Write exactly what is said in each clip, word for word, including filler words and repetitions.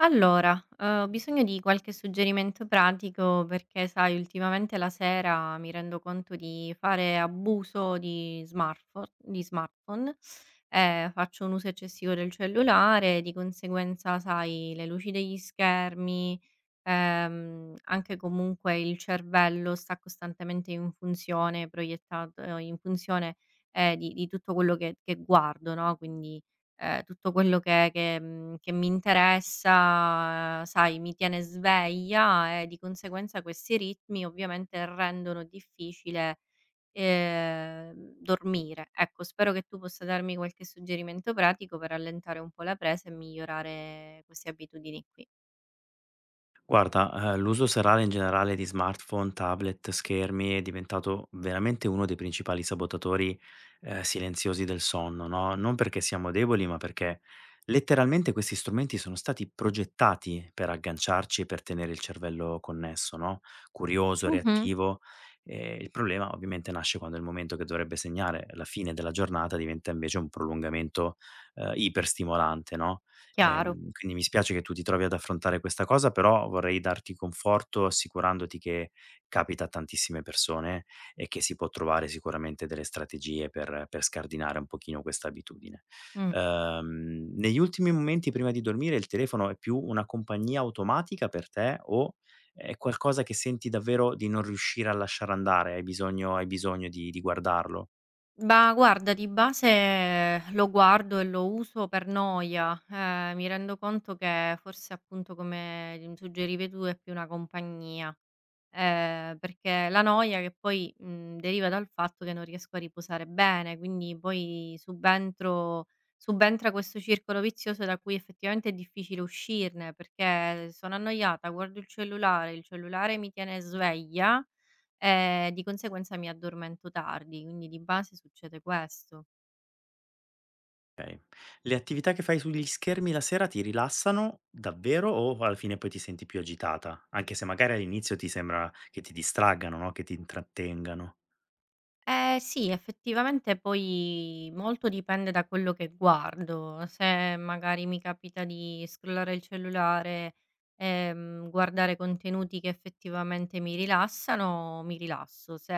Allora, ehm, ho bisogno di qualche suggerimento pratico perché, sai, ultimamente la sera mi rendo conto di fare abuso di smartphone di smartphone, ehm, faccio un uso eccessivo del cellulare, di conseguenza, sai, le luci degli schermi, ehm, anche comunque il cervello sta costantemente in funzione, proiettat ehm, in funzione, ehm, di di tutto quello che che guardo, no, quindi ehm, tutto quello che che mhmm, che mi interessa, sai, mi tiene sveglia e di conseguenza questi ritmi ovviamente rendono difficile, ehm, dormire. Ecco, spero che tu possa darmi qualche suggerimento pratico per allentare un po' la presa e migliorare queste abitudini qui. Guarda, eh, l'uso serale in generale di smartphone, tablet, schermi è diventato veramente uno dei principali sabotatori eh, silenziosi del sonno, no? Non perché siamo deboli, ma perché letteralmente questi strumenti sono stati progettati per agganciarci e per tenere il cervello connesso, no? Curioso, Mh-mh, reattivo. E il problema ovviamente nasce quando il momento che dovrebbe segnare la fine della giornata diventa invece un prolungamento eh, iperstimolante, no? chiaro. Ehm, quindi mi spiace che tu ti trovi ad affrontare questa cosa, però vorrei darti conforto assicurandoti che capita a tantissime persone e che si può trovare sicuramente delle strategie per, per scardinare un pochino questa abitudine. Mh. Ehm, negli ultimi momenti prima di dormire il telefono è più una compagnia automatica per te o è qualcosa che senti davvero di non riuscire a lasciare andare? Hai bisogno, hai bisogno di di guardarlo? Ma guarda, di base lo guardo e lo uso per noia. Ehm, mi rendo conto che forse, appunto, come, mhmm, suggerivi tu, è più una compagnia. Ehm, perché la noia che poi, mhmm, deriva dal fatto che non riesco a riposare bene, quindi poi subentro subentra questo circolo vizioso da cui effettivamente è difficile uscirne, perché sono annoiata, guardo il cellulare, il cellulare mi tiene sveglia e di conseguenza mi addormento tardi, quindi di base succede questo. Okay. Le attività che fai sugli schermi la sera ti rilassano davvero o alla fine poi ti senti più agitata? Anche se magari all'inizio ti sembra che ti distraggano, no, che ti intrattengano. Eh sì, effettivamente poi molto dipende da quello che guardo. Se magari mi capita di scrollare il cellulare, ehm, guardare contenuti che effettivamente mi rilassano, mi rilasso. Se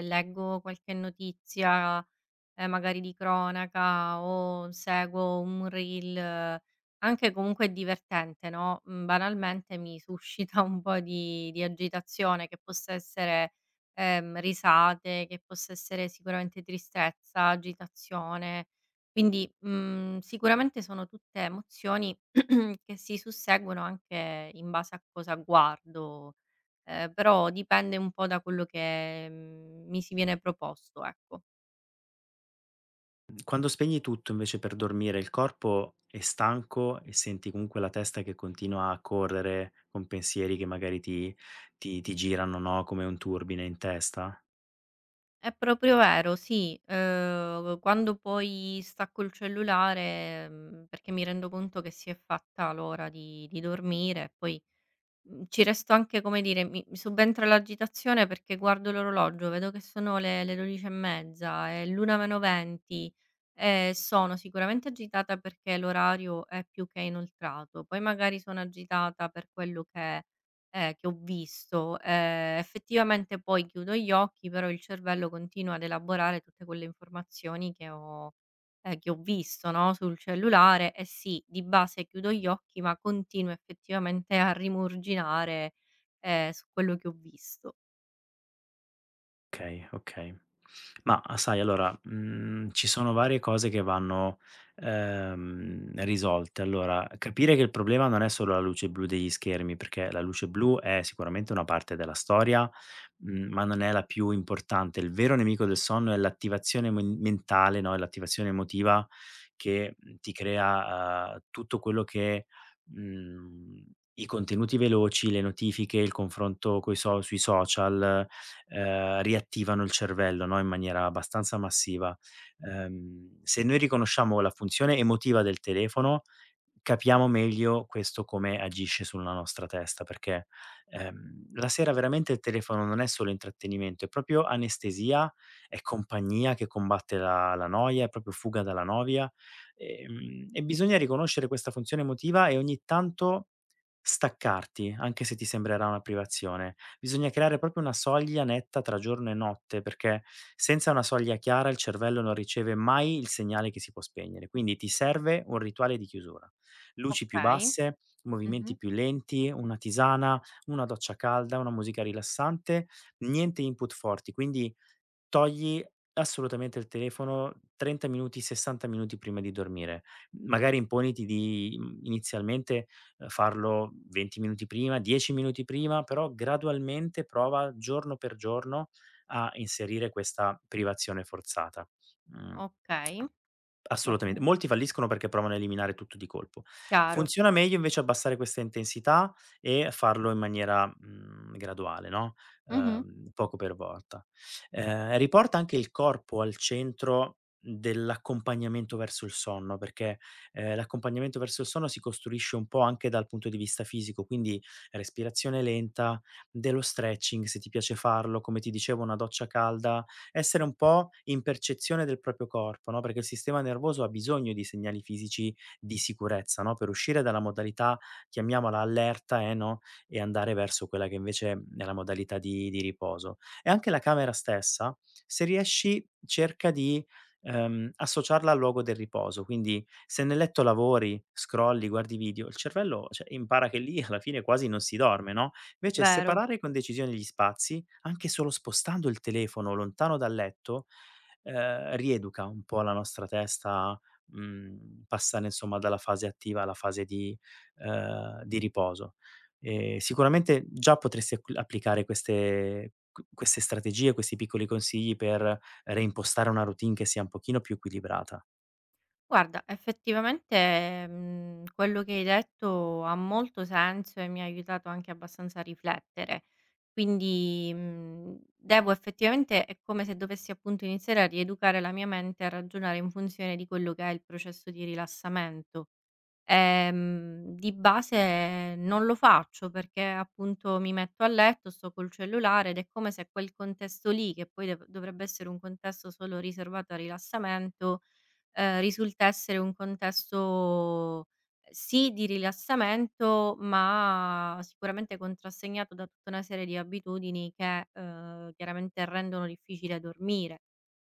leggo qualche notizia ehm, magari di cronaca o seguo un reel, eh, anche comunque divertente, no, mhmm, banalmente mi suscita un po' di di agitazione che possa essere, ehm, risate, che possa essere sicuramente tristezza, agitazione. Quindi, mhmm, sicuramente sono tutte emozioni che si susseguono anche in base a cosa guardo, ehm, però dipende un po' da quello che, mhmm, mi si viene proposto, ecco. Quando spegni tutto invece per dormire, il corpo è stanco e senti comunque la testa che continua a correre con pensieri che magari ti ti ti girano, no, come un turbine in testa? È proprio vero, sì. Uhm, quando poi stacco il cellulare, mhmm, perché mi rendo conto che si è fatta l'ora di di dormire e poi Mhmm, ci resto anche come dire, mi mi subentra l'agitazione perché guardo l'orologio, vedo che sono le le dodici e mezza, è l'una meno venti. Ehm, sono sicuramente agitata perché l'orario è più che inoltrato, poi magari sono agitata per quello che ehm, che ho visto. Ehm, effettivamente poi chiudo gli occhi, però il cervello continua ad elaborare tutte quelle informazioni che ho ehm, che ho visto, no, sul cellulare e sì, di base chiudo gli occhi, ma continuo effettivamente a rimurginare, ehm, su quello che ho visto. Okay, okay. Ma sai allora, mhmm, ci sono varie cose che vanno, ehm, risolte. Allora, capire che il problema non è solo la luce blu degli schermi, perché la luce blu è sicuramente una parte della storia, mhmm, ma non è la più importante. Il vero nemico del sonno è l'attivazione men mentale, no, è l'attivazione emotiva che, mhmm, ti crea, uhm, tutto quello che mhmm, i contenuti veloci, le notifiche, il confronto coi so sui social ehm, riattivano il cervello, no, in maniera abbastanza massiva. Ehm, se noi riconosciamo la funzione emotiva del telefono, capiamo meglio questo come agisce sulla nostra testa, perché, ehm, la sera veramente il telefono non è solo intrattenimento, è proprio anestesia, è compagnia che combatte la la noia, è proprio fuga dalla noia, ehm, e bisogna riconoscere questa funzione emotiva e ogni tanto staccarti, anche se ti sembrerà una privazione. Bisogna creare proprio una soglia netta tra giorno e notte, perché senza una soglia chiara il cervello non riceve mai il segnale che si può spegnere. Quindi ti serve un rituale di chiusura. Luci più Okay. basse, Mh-mh. movimenti più lenti, una tisana, una doccia calda, una musica rilassante, niente input forti. Quindi togli assolutamente il telefono trenta minuti, sessanta minuti prima di dormire. Magari imponiti di, mhmm, inizialmente, ehm, farlo venti minuti prima, dieci minuti prima, però gradualmente prova giorno per giorno a inserire questa privazione forzata. Mhmm Okay. Va Assolutamente. bene. Molti falliscono perché provano a eliminare tutto di colpo. Mh. Chiaro. Funziona meglio invece abbassare questa intensità e farlo in maniera, mhmm, graduale, no, Mh-mh. ehm, poco per volta. Mh-mh. Ehm, riporta anche il corpo al centro dell'accompagnamento verso il sonno, perché, ehm, l'accompagnamento verso il sonno si costruisce un po' anche dal punto di vista fisico, quindi respirazione lenta, dello stretching se ti piace farlo, come ti dicevo una doccia calda, essere un po' in percezione del proprio corpo, no, perché il sistema nervoso ha bisogno di segnali fisici di sicurezza, no, per uscire dalla modalità, chiamiamola allerta, eh, no, e andare verso quella che invece è la modalità di di riposo. E anche la camera stessa, se riesci, cerca di, ehm, associarla al luogo del riposo. Quindi se nel letto lavori, scrolli, guardi video, il cervello, cioè, impara che lì alla fine quasi non si dorme, no, invece Vero. separare con decisione gli spazi anche solo spostando il telefono lontano dal letto, ehm, rieduca un po' la nostra testa, mhmm, passare insomma dalla fase attiva alla fase di ehm, di riposo. Ehm, sicuramente già potresti acqui applicare queste q queste strategie, questi piccoli consigli per reimpostare una routine che sia un pochino più equilibrata. Guarda, effettivamente, mhmm, quello che hai detto ha molto senso e mi ha aiutato anche abbastanza a riflettere. Quindi, mhmm, devo effettivamente è come se dovessi appunto iniziare a rieducare la mia mente a ragionare in funzione di quello che è il processo di rilassamento. Ehm, di base non lo faccio perché appunto mi metto a letto, sto col cellulare ed è come se quel contesto lì, che poi dev dovrebbe essere un contesto solo riservato al rilassamento, ehm, risulta essere un contesto, eh, sì di rilassamento, ma sicuramente contrassegnato da tutta una serie di abitudini che, ehm, chiaramente rendono difficile dormire.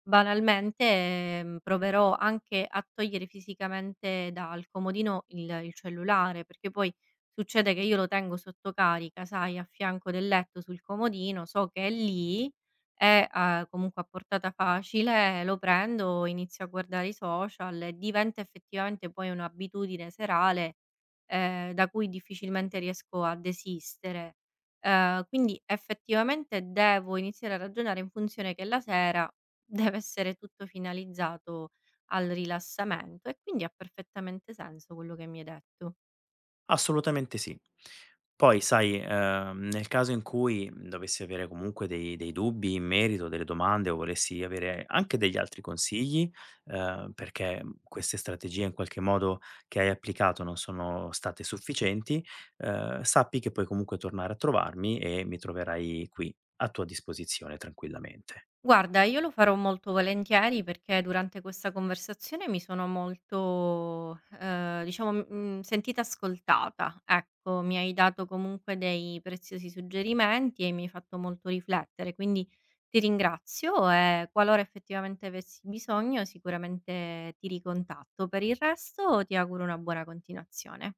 Banalmente, ehm, proverò anche a togliere fisicamente dal comodino il il cellulare, perché poi succede che io lo tengo sotto carica, sai, a fianco del letto sul comodino, so che è lì è a comunque a portata facile, lo prendo, inizio a guardare i social e diventa effettivamente poi un'abitudine serale, ehm, da cui difficilmente riesco a desistere. Ehm, quindi effettivamente devo iniziare a ragionare in funzione che la sera deve essere tutto finalizzato al rilassamento e quindi ha perfettamente senso quello che mi hai detto. Assolutamente sì. Poi sai, ehm, nel caso in cui, mhmm, dovessi avere comunque dei dei dubbi in merito, delle domande o volessi avere anche degli altri consigli, ehm, perché, mhmm, queste strategie in qualche modo che hai applicato non sono state sufficienti, ehm, sappi che puoi comunque tornare a trovarmi e mi troverai qui a tua disposizione tranquillamente. Guarda, io lo farò molto volentieri perché durante questa conversazione mi sono molto, ehm, diciamo, mhmm, sentita ascoltata. Ecco, mi hai dato comunque dei preziosi suggerimenti e mi hai fatto molto riflettere, quindi ti ringrazio e qualora effettivamente avessi bisogno sicuramente ti ricontatto. Per il resto ti auguro una buona continuazione.